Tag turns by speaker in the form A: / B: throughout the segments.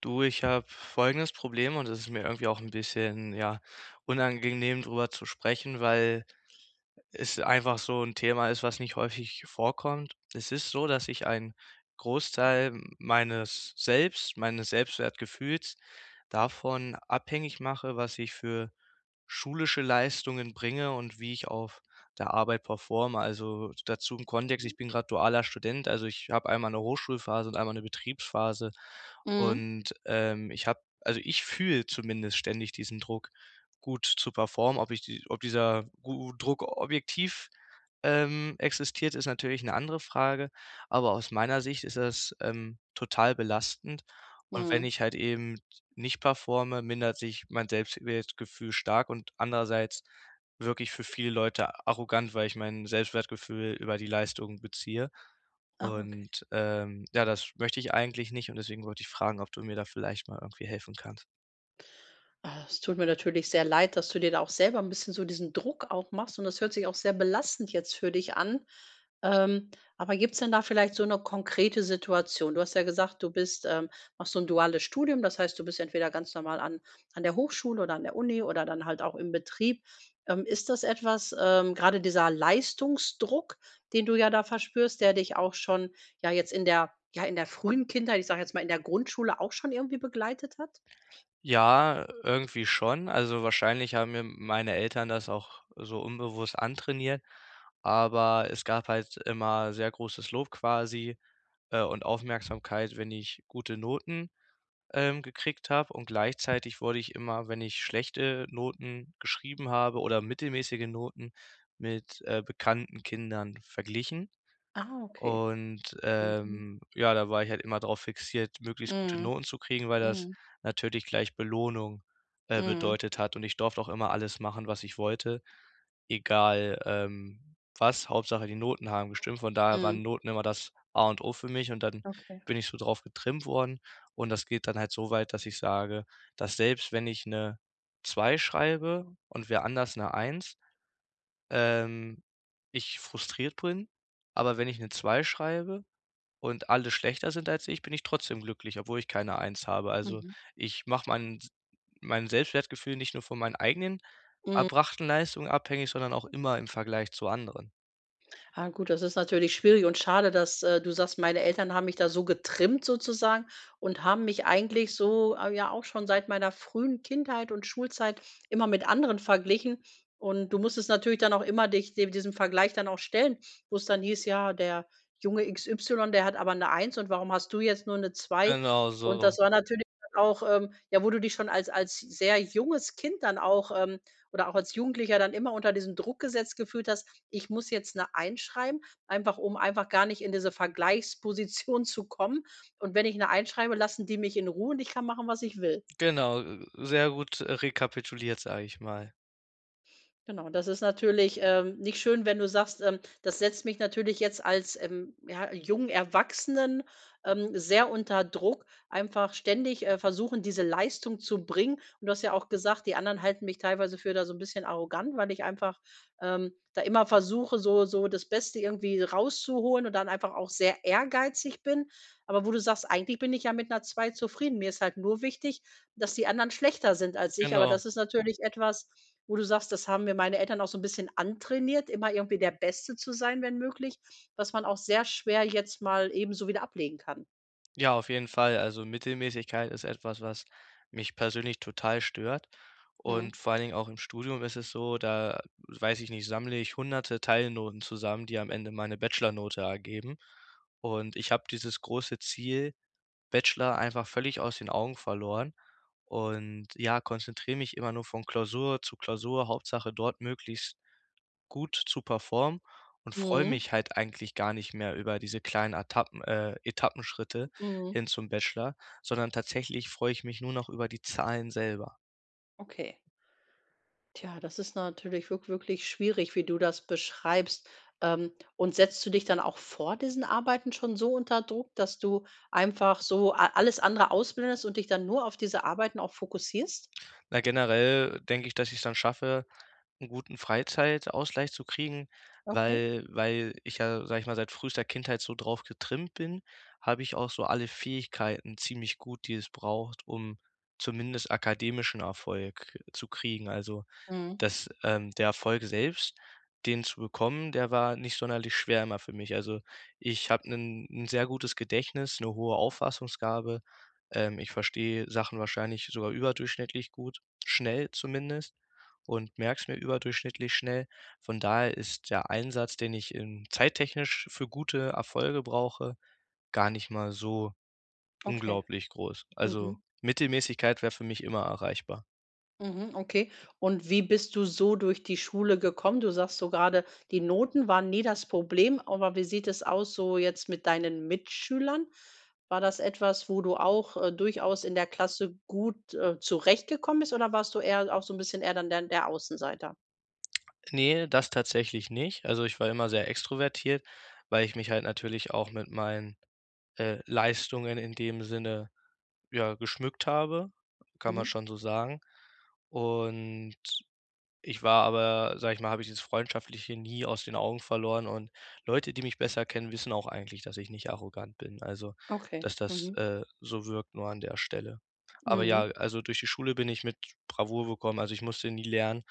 A: Du, ich habe folgendes Problem und es ist mir irgendwie auch ein bisschen, ja, unangenehm, drüber zu sprechen, weil es einfach so 'n Thema ist, was nicht häufig vorkommt. Es ist so, dass ich einen Großteil meines Selbstwertgefühls davon abhängig mache, was ich für schulische Leistungen bringe und wie ich auf der Arbeit performe. Also, dazu im Kontext, ich bin grad dualer Student, also, ich habe einmal 'ne Hochschulphase und einmal 'ne Betriebsphase
B: Mhm,
A: und, ich habe ich fühle zumindest ständig diesen Druck gut zu performen. Ob dieser gu Druck objektiv, existiert, ist natürlich eine andere Frage, aber aus meiner Sicht ist das, total belastend und wenn
B: mhm.
A: ich halt eben nicht performe, mindert sich mein Selbstwertgefühl stark und andererseits wirklich für viele Leute arrogant, weil ich mein Selbstwertgefühl über die Leistung beziehe
B: Ah,
A: und, ja, das möchte ich eigentlich nicht und deswegen wollte ich fragen, ob du mir da vielleicht mal irgendwie helfen kannst.
B: Ah, es tut mir natürlich sehr leid, dass du dir da auch selber ein bisschen so diesen Druck auch machst, und das hört sich auch sehr belastend jetzt für dich an. Ähm, aber gibt es denn da vielleicht so eine konkrete Situation? Du hast ja gesagt, du machst so ein duales Studium, das heißt, du bist entweder ganz normal an der Hochschule oder an der Uni oder dann halt auch im Betrieb. Ist das etwas, gerade dieser Leistungsdruck, den du ja da verspürst, der dich auch schon ja jetzt in der frühen Kindheit, ich sage jetzt mal in der Grundschule, auch schon irgendwie begleitet hat?
A: Ja, irgendwie schon. Also, wahrscheinlich haben mir meine Eltern das auch so unbewusst antrainiert, aber es gab halt immer sehr großes Lob quasi, und Aufmerksamkeit, wenn ich gute Noten, gekriegt habe und gleichzeitig wurde ich immer, wenn ich schlechte Noten geschrieben habe oder mittelmäßige Noten, mit, bekannten Kindern verglichen.
B: Ah, okay.
A: Und,
B: Mhm.
A: ja, da war ich halt immer drauf fixiert, möglichst gute
B: Mhm.
A: Noten zu kriegen, weil das
B: Mhm.
A: natürlich gleich Belohnung,
B: Mhm.
A: bedeutet hat. Und ich durfte auch immer alles machen, was ich wollte, egal, was, Hauptsache die Noten haben gestimmt. Von daher
B: Mhm.
A: waren Noten immer das A und O für mich und dann
B: Okay.
A: bin ich so drauf getrimmt worden. Und das geht dann halt so weit, dass ich sage, dass selbst wenn ich eine 2 schreibe und wer anders eine 1 ähm, ich frustriert bin, aber wenn ich eine 2 schreibe und alle schlechter sind als ich, bin ich trotzdem glücklich, obwohl ich keine 1 habe. Also,
B: Mhm.
A: ich mache mein Selbstwertgefühl nicht nur von meinen eigenen
B: Mhm.
A: erbrachten Leistungen abhängig, sondern auch immer im Vergleich zu anderen.
B: Ah, gut, das ist natürlich schwierig und schade, dass du sagst, meine Eltern haben mich da so getrimmt sozusagen und haben mich eigentlich so, ja, auch schon seit meiner frühen Kindheit und Schulzeit immer mit anderen verglichen. Und du musstest natürlich dann auch immer dich diesem Vergleich dann auch stellen, wo es dann hieß, ja, der Junge XY, der hat aber eine Eins, und warum hast du jetzt nur eine Zwei?
A: Genau
B: Und
A: so.
B: das war natürlich dann auch, ja, wo du dich schon als sehr junges Kind dann auch, oder auch als Jugendlicher, dann immer unter diesem Druck gesetzt gefühlt hast: „Ich muss jetzt eine einschreiben“, einfach um einfach gar nicht in diese Vergleichsposition zu kommen. Und wenn ich eine einschreibe, lassen die mich in Ruhe und ich kann machen, was ich will.
A: Genau, sehr gut rekapituliert, sage ich mal.
B: Genau, das ist natürlich, nicht schön, wenn du sagst, das setzt mich natürlich jetzt als, ja, jungen Erwachsenen, sehr unter Druck, einfach ständig, versuchen, diese Leistung zu bringen. Und du hast ja auch gesagt, die anderen halten mich teilweise für da so ein bisschen arrogant, weil ich einfach, da immer versuche, so das Beste irgendwie rauszuholen und dann einfach auch sehr ehrgeizig bin. Aber wo du sagst: „Eigentlich bin ich ja mit einer 2 zufrieden. Mir ist halt nur wichtig, dass die anderen schlechter sind als ich.“ Aber
A: Genau.
B: das ist natürlich etwas, wo du sagst, das haben mir meine Eltern auch so ein bisschen antrainiert, immer irgendwie der Beste zu sein, wenn möglich, was man auch sehr schwer jetzt mal eben so wieder ablegen kann.
A: Ja, auf jeden Fall. Also Mittelmäßigkeit ist etwas, was mich persönlich total stört. Und
B: Mhm.
A: vor allen Dingen auch im Studium ist es so, da weiß ich nicht, sammle ich hunderte Teilnoten zusammen, die am Ende meine Bachelornote ergeben. Und ich habe dieses große Ziel, Bachelor, einfach völlig aus den Augen verloren. Und ja, konzentriere mich immer nur von Klausur zu Klausur, Hauptsache dort möglichst gut zu performen und freue
B: Mhm,
A: mich halt eigentlich gar nicht mehr über diese kleinen Etappenschritte
B: mhm,
A: hin zum Bachelor, sondern tatsächlich freue ich mich nur noch über die Zahlen selber.
B: okay. Tja, das ist natürlich wirklich schwierig, wie du das beschreibst. Und setzt du dich dann auch vor diesen Arbeiten schon so unter Druck, dass du einfach so a alles andere ausblendest und dich dann nur auf diese Arbeiten auch fokussierst?
A: Na, generell denke ich, dass ich es dann schaffe, einen guten Freizeitausgleich zu kriegen,
B: Okay.
A: weil ich ja, sage ich mal, seit frühester Kindheit so drauf getrimmt bin, habe ich auch so alle Fähigkeiten ziemlich gut, die es braucht, um zumindest akademischen Erfolg zu kriegen. Also,
B: Mhm.
A: das der Erfolg selbst, den zu bekommen, der war nicht sonderlich schwer immer für mich. Also, ich habe ein 'n sehr gutes Gedächtnis, eine hohe Auffassungsgabe. Ich verstehe Sachen wahrscheinlich sogar überdurchschnittlich gut, schnell zumindest und merke es mir überdurchschnittlich schnell. Von daher ist der Einsatz, den ich, zeittechnisch für gute Erfolge brauche, gar nicht mal so
B: Okay.
A: unglaublich groß. Also,
B: Mhm.
A: Mittelmäßigkeit wäre für mich immer erreichbar.
B: Mhm, okay. Und wie bist du so durch die Schule gekommen? Du sagst so gerade, die Noten waren nie das Problem, aber wie sieht es aus so jetzt mit deinen Mitschülern? War das etwas, wo du auch durchaus in der Klasse gut zurechtgekommen bist, oder warst du eher auch so ein bisschen eher dann der Außenseiter?
A: Nee, das tatsächlich nicht. Also, ich war immer sehr extrovertiert, weil ich mich halt natürlich auch mit meinen, Leistungen in dem Sinne, ja, geschmückt habe, kann man
B: Mhm.
A: schon so sagen. Und ich war aber, sage ich mal habe ich dieses Freundschaftliche nie aus den Augen verloren und Leute, die mich besser kennen, wissen auch eigentlich, dass ich nicht arrogant bin, also,
B: Okay.
A: dass das,
B: Mhm.
A: so wirkt nur an der Stelle. Aber ja,
B: Mhm.
A: also, durch die Schule bin ich mit Bravour gekommen, also, ich musste nie lernen,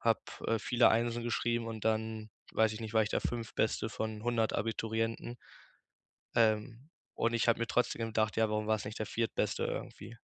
A: habe, viele Einsen geschrieben und dann, weiß ich nicht, war ich der fünftbeste von 100 Abiturienten, ähm, und ich habe mir trotzdem gedacht: „Ja, warum war es nicht der Viertbeste irgendwie?“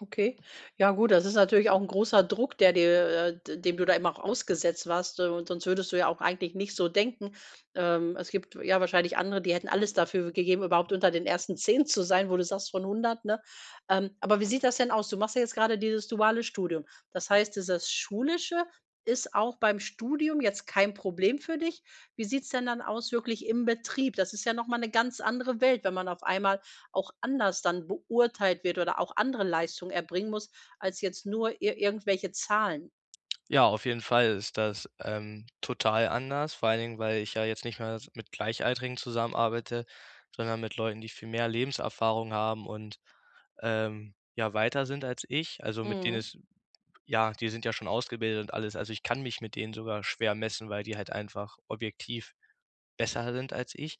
B: Okay. Ja gut, das ist natürlich auch ein großer Druck, der dir d dem du da immer auch ausgesetzt warst, und sonst würdest du ja auch eigentlich nicht so denken. Es gibt ja wahrscheinlich andere, die hätten alles dafür gegeben, überhaupt unter den ersten 10 zu sein, wo du sagst, von 100, ne? Aber wie sieht das denn aus? Du machst ja jetzt gerade dieses duale Studium. Das heißt, dieses Schulische ist auch beim Studium jetzt kein Problem für dich. Wie sieht's denn dann aus wirklich im Betrieb? Das ist ja noch mal 'ne ganz andere Welt, wenn man auf einmal auch anders dann beurteilt wird oder auch andere Leistungen erbringen muss, als jetzt nur ir irgendwelche Zahlen.
A: Ja, auf jeden Fall ist das, total anders, vor allen Dingen, weil ich ja jetzt nicht mehr s mit Gleichaltrigen zusammenarbeite, sondern mit Leuten, die viel mehr Lebenserfahrung haben und, ja, weiter sind als ich. Also, mit denen
B: Mhm,
A: ist ja, die sind ja schon ausgebildet und alles. Also, ich kann mich mit denen sogar schwer messen, weil die halt einfach objektiv besser sind als ich.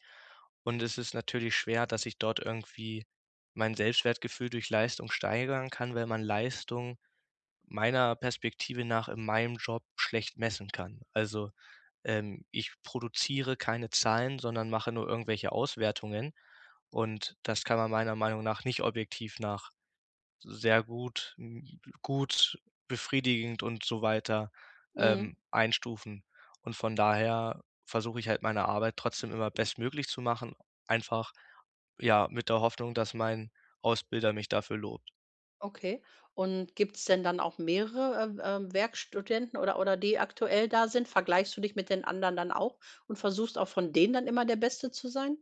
A: Und es ist natürlich schwer, dass ich dort irgendwie mein Selbstwertgefühl durch Leistung steigern kann, weil man Leistung meiner Perspektive nach in meinem Job schlecht messen kann. Also, ich produziere keine Zahlen, sondern mache nur irgendwelche Auswertungen und das kann man meiner Meinung nach nicht objektiv nach sehr gut hm, gut, befriedigend und so weiter,
B: mhm,
A: einstufen. Und von daher versuche ich halt meine Arbeit trotzdem immer bestmöglich zu machen, einfach, ja, mit der Hoffnung, dass mein Ausbilder mich dafür lobt.
B: okay. Und gibt's denn dann auch mehrere, Werkstudenten, oder die aktuell da sind? Vergleichst du dich mit den anderen dann auch und versuchst auch von denen dann immer der Beste zu sein?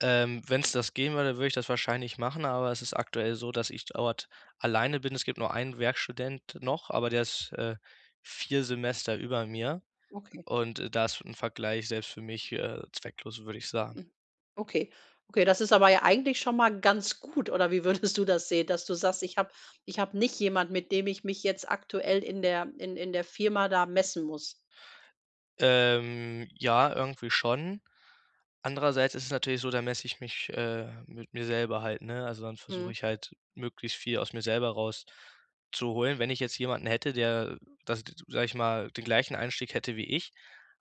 A: Wenn es das gehen würde, würde ich das wahrscheinlich machen, aber es ist aktuell so, dass ich dort alleine bin. Es gibt nur einen Werkstudent noch, aber der ist, 4 Semester über mir
B: Okay.
A: und, da ist 'n Vergleich selbst für mich, zwecklos, würde ich sagen.
B: Hm. Okay. Okay, das ist aber ja eigentlich schon mal ganz gut, oder wie würdest du das sehen, dass du sagst: „Ich habe nicht jemand, mit dem ich mich jetzt aktuell in der Firma da messen muss?“
A: Ja, irgendwie schon. Andererseits ist es natürlich so, da messe ich mich, mit mir selber halt, ne? Also, dann versuche
B: Mhm.
A: ich halt, möglichst viel aus mir selber rauszuholen. Wenn ich jetzt jemanden hätte, der das d sage ich mal, den gleichen Einstieg hätte wie ich,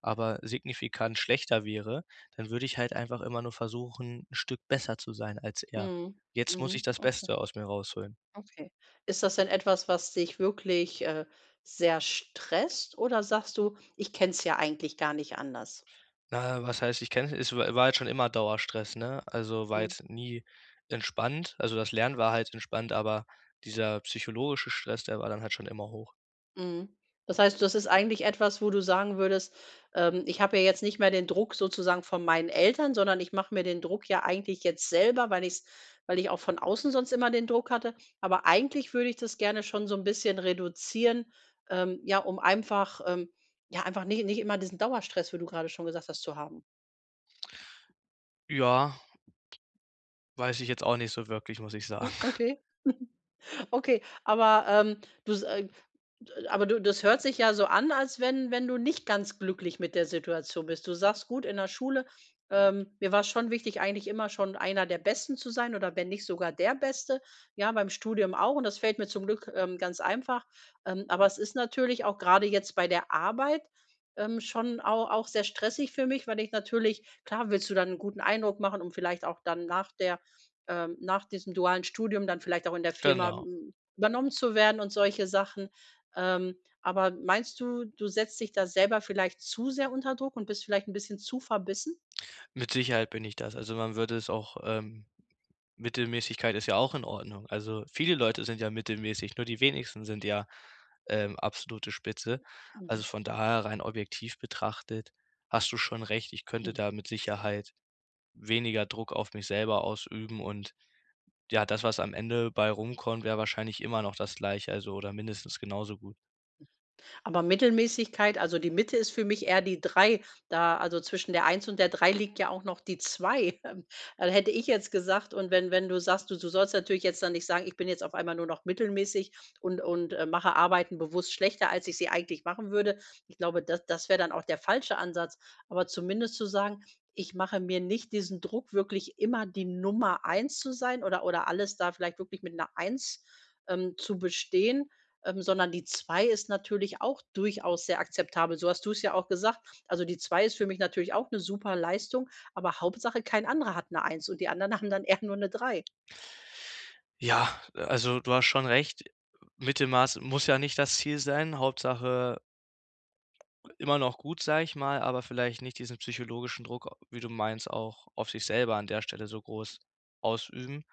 A: aber signifikant schlechter wäre, dann würde ich halt einfach immer nur versuchen, ein Stück besser zu sein als er.
B: Mhm.
A: Jetzt muss ich
B: Mhm.
A: das
B: Okay,
A: Beste aus mir rausholen.
B: okay. Ist das denn etwas, was dich wirklich, sehr stresst, oder sagst du: „Ich kenne es ja eigentlich gar nicht anders?“
A: Na, was heißt, ich kenne es war halt schon immer Dauerstress, ne? Also, war jetzt nie entspannt. Also, das Lernen war halt entspannt, aber dieser psychologische Stress, der war dann halt schon immer hoch.
B: Mhm. Das heißt, das ist eigentlich etwas, wo du sagen würdest, ich habe ja jetzt nicht mehr den Druck sozusagen von meinen Eltern, sondern ich mache mir den Druck ja eigentlich jetzt selber, weil ich's weil ich auch von außen sonst immer den Druck hatte. Aber eigentlich würde ich das gerne schon so ein bisschen reduzieren, ja, um einfach, ja, einfach nicht immer diesen Dauerstress, wie du gerade schon gesagt hast, zu haben.
A: Ja, weiß ich jetzt auch nicht so wirklich, muss ich sagen.
B: Okay, okay. Aber, du s aber du, das hört sich ja so an, als wenn du nicht ganz glücklich mit der Situation bist. Du sagst: „Gut, in der Schule, mir war's schon wichtig, eigentlich immer schon einer der Besten zu sein oder wenn nicht sogar der Beste.“ Ja, beim Studium auch, und das fällt mir zum Glück, ganz einfach. Aber es ist natürlich auch gerade jetzt bei der Arbeit, schon auch sehr stressig für mich, weil, ich natürlich klar willst du dann einen guten Eindruck machen, um vielleicht auch dann nach diesem dualen Studium dann vielleicht auch in der Firma,
A: Genau.
B: übernommen zu werden und solche Sachen. Ähm, aber meinst du, du setzt dich da selber vielleicht zu sehr unter Druck und bist vielleicht ein bisschen zu verbissen?
A: Mit Sicherheit bin ich das. Also, man würde es auch Mittelmäßigkeit ist ja auch in Ordnung. Also, viele Leute sind ja mittelmäßig, nur die wenigsten sind ja, absolute Spitze.
B: Mhm.
A: Also, von daher rein objektiv betrachtet hast du schon recht, ich könnte
B: Mhm.
A: da mit Sicherheit weniger Druck auf mich selber ausüben und ja, das, was am Ende bei rumkommt, wäre wahrscheinlich immer noch das Gleiche, also oder mindestens genauso gut.
B: Aber Mittelmäßigkeit, also die Mitte ist für mich eher die 3. Da, also zwischen der eins und der drei, liegt ja auch noch die 2. Ähm, Hätte ich jetzt gesagt, und wenn du sagst, du sollst natürlich jetzt dann nicht sagen: „Ich bin jetzt auf einmal nur noch mittelmäßig und mache Arbeiten bewusst schlechter, als ich sie eigentlich machen würde.“ Ich glaube, das wäre dann auch der falsche Ansatz. Aber zumindest zu sagen: „Ich mache mir nicht diesen Druck, wirklich immer die Nummer eins zu sein, oder alles da vielleicht wirklich mit einer eins, zu bestehen, sondern die 2 ist natürlich auch durchaus sehr akzeptabel. So hast du es ja auch gesagt. Also, die 2 ist für mich natürlich auch eine super Leistung, aber Hauptsache kein anderer hat eine Eins und die anderen haben dann eher nur eine drei.“
A: Ja, also du hast schon recht. Mittelmaß muss ja nicht das Ziel sein. Hauptsache immer noch gut, sage ich mal, aber vielleicht nicht diesen psychologischen Druck, wie du meinst, auch auf sich selber an der Stelle so groß ausüben.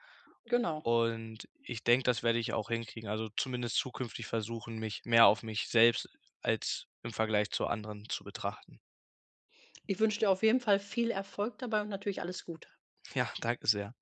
B: Genau.
A: Und ich denke, das werde ich auch hinkriegen. Also zumindest zukünftig versuchen, mich mehr auf mich selbst als im Vergleich zu anderen zu betrachten.
B: Ich wünsche dir auf jeden Fall viel Erfolg dabei und natürlich alles Gute.
A: Ja, danke sehr.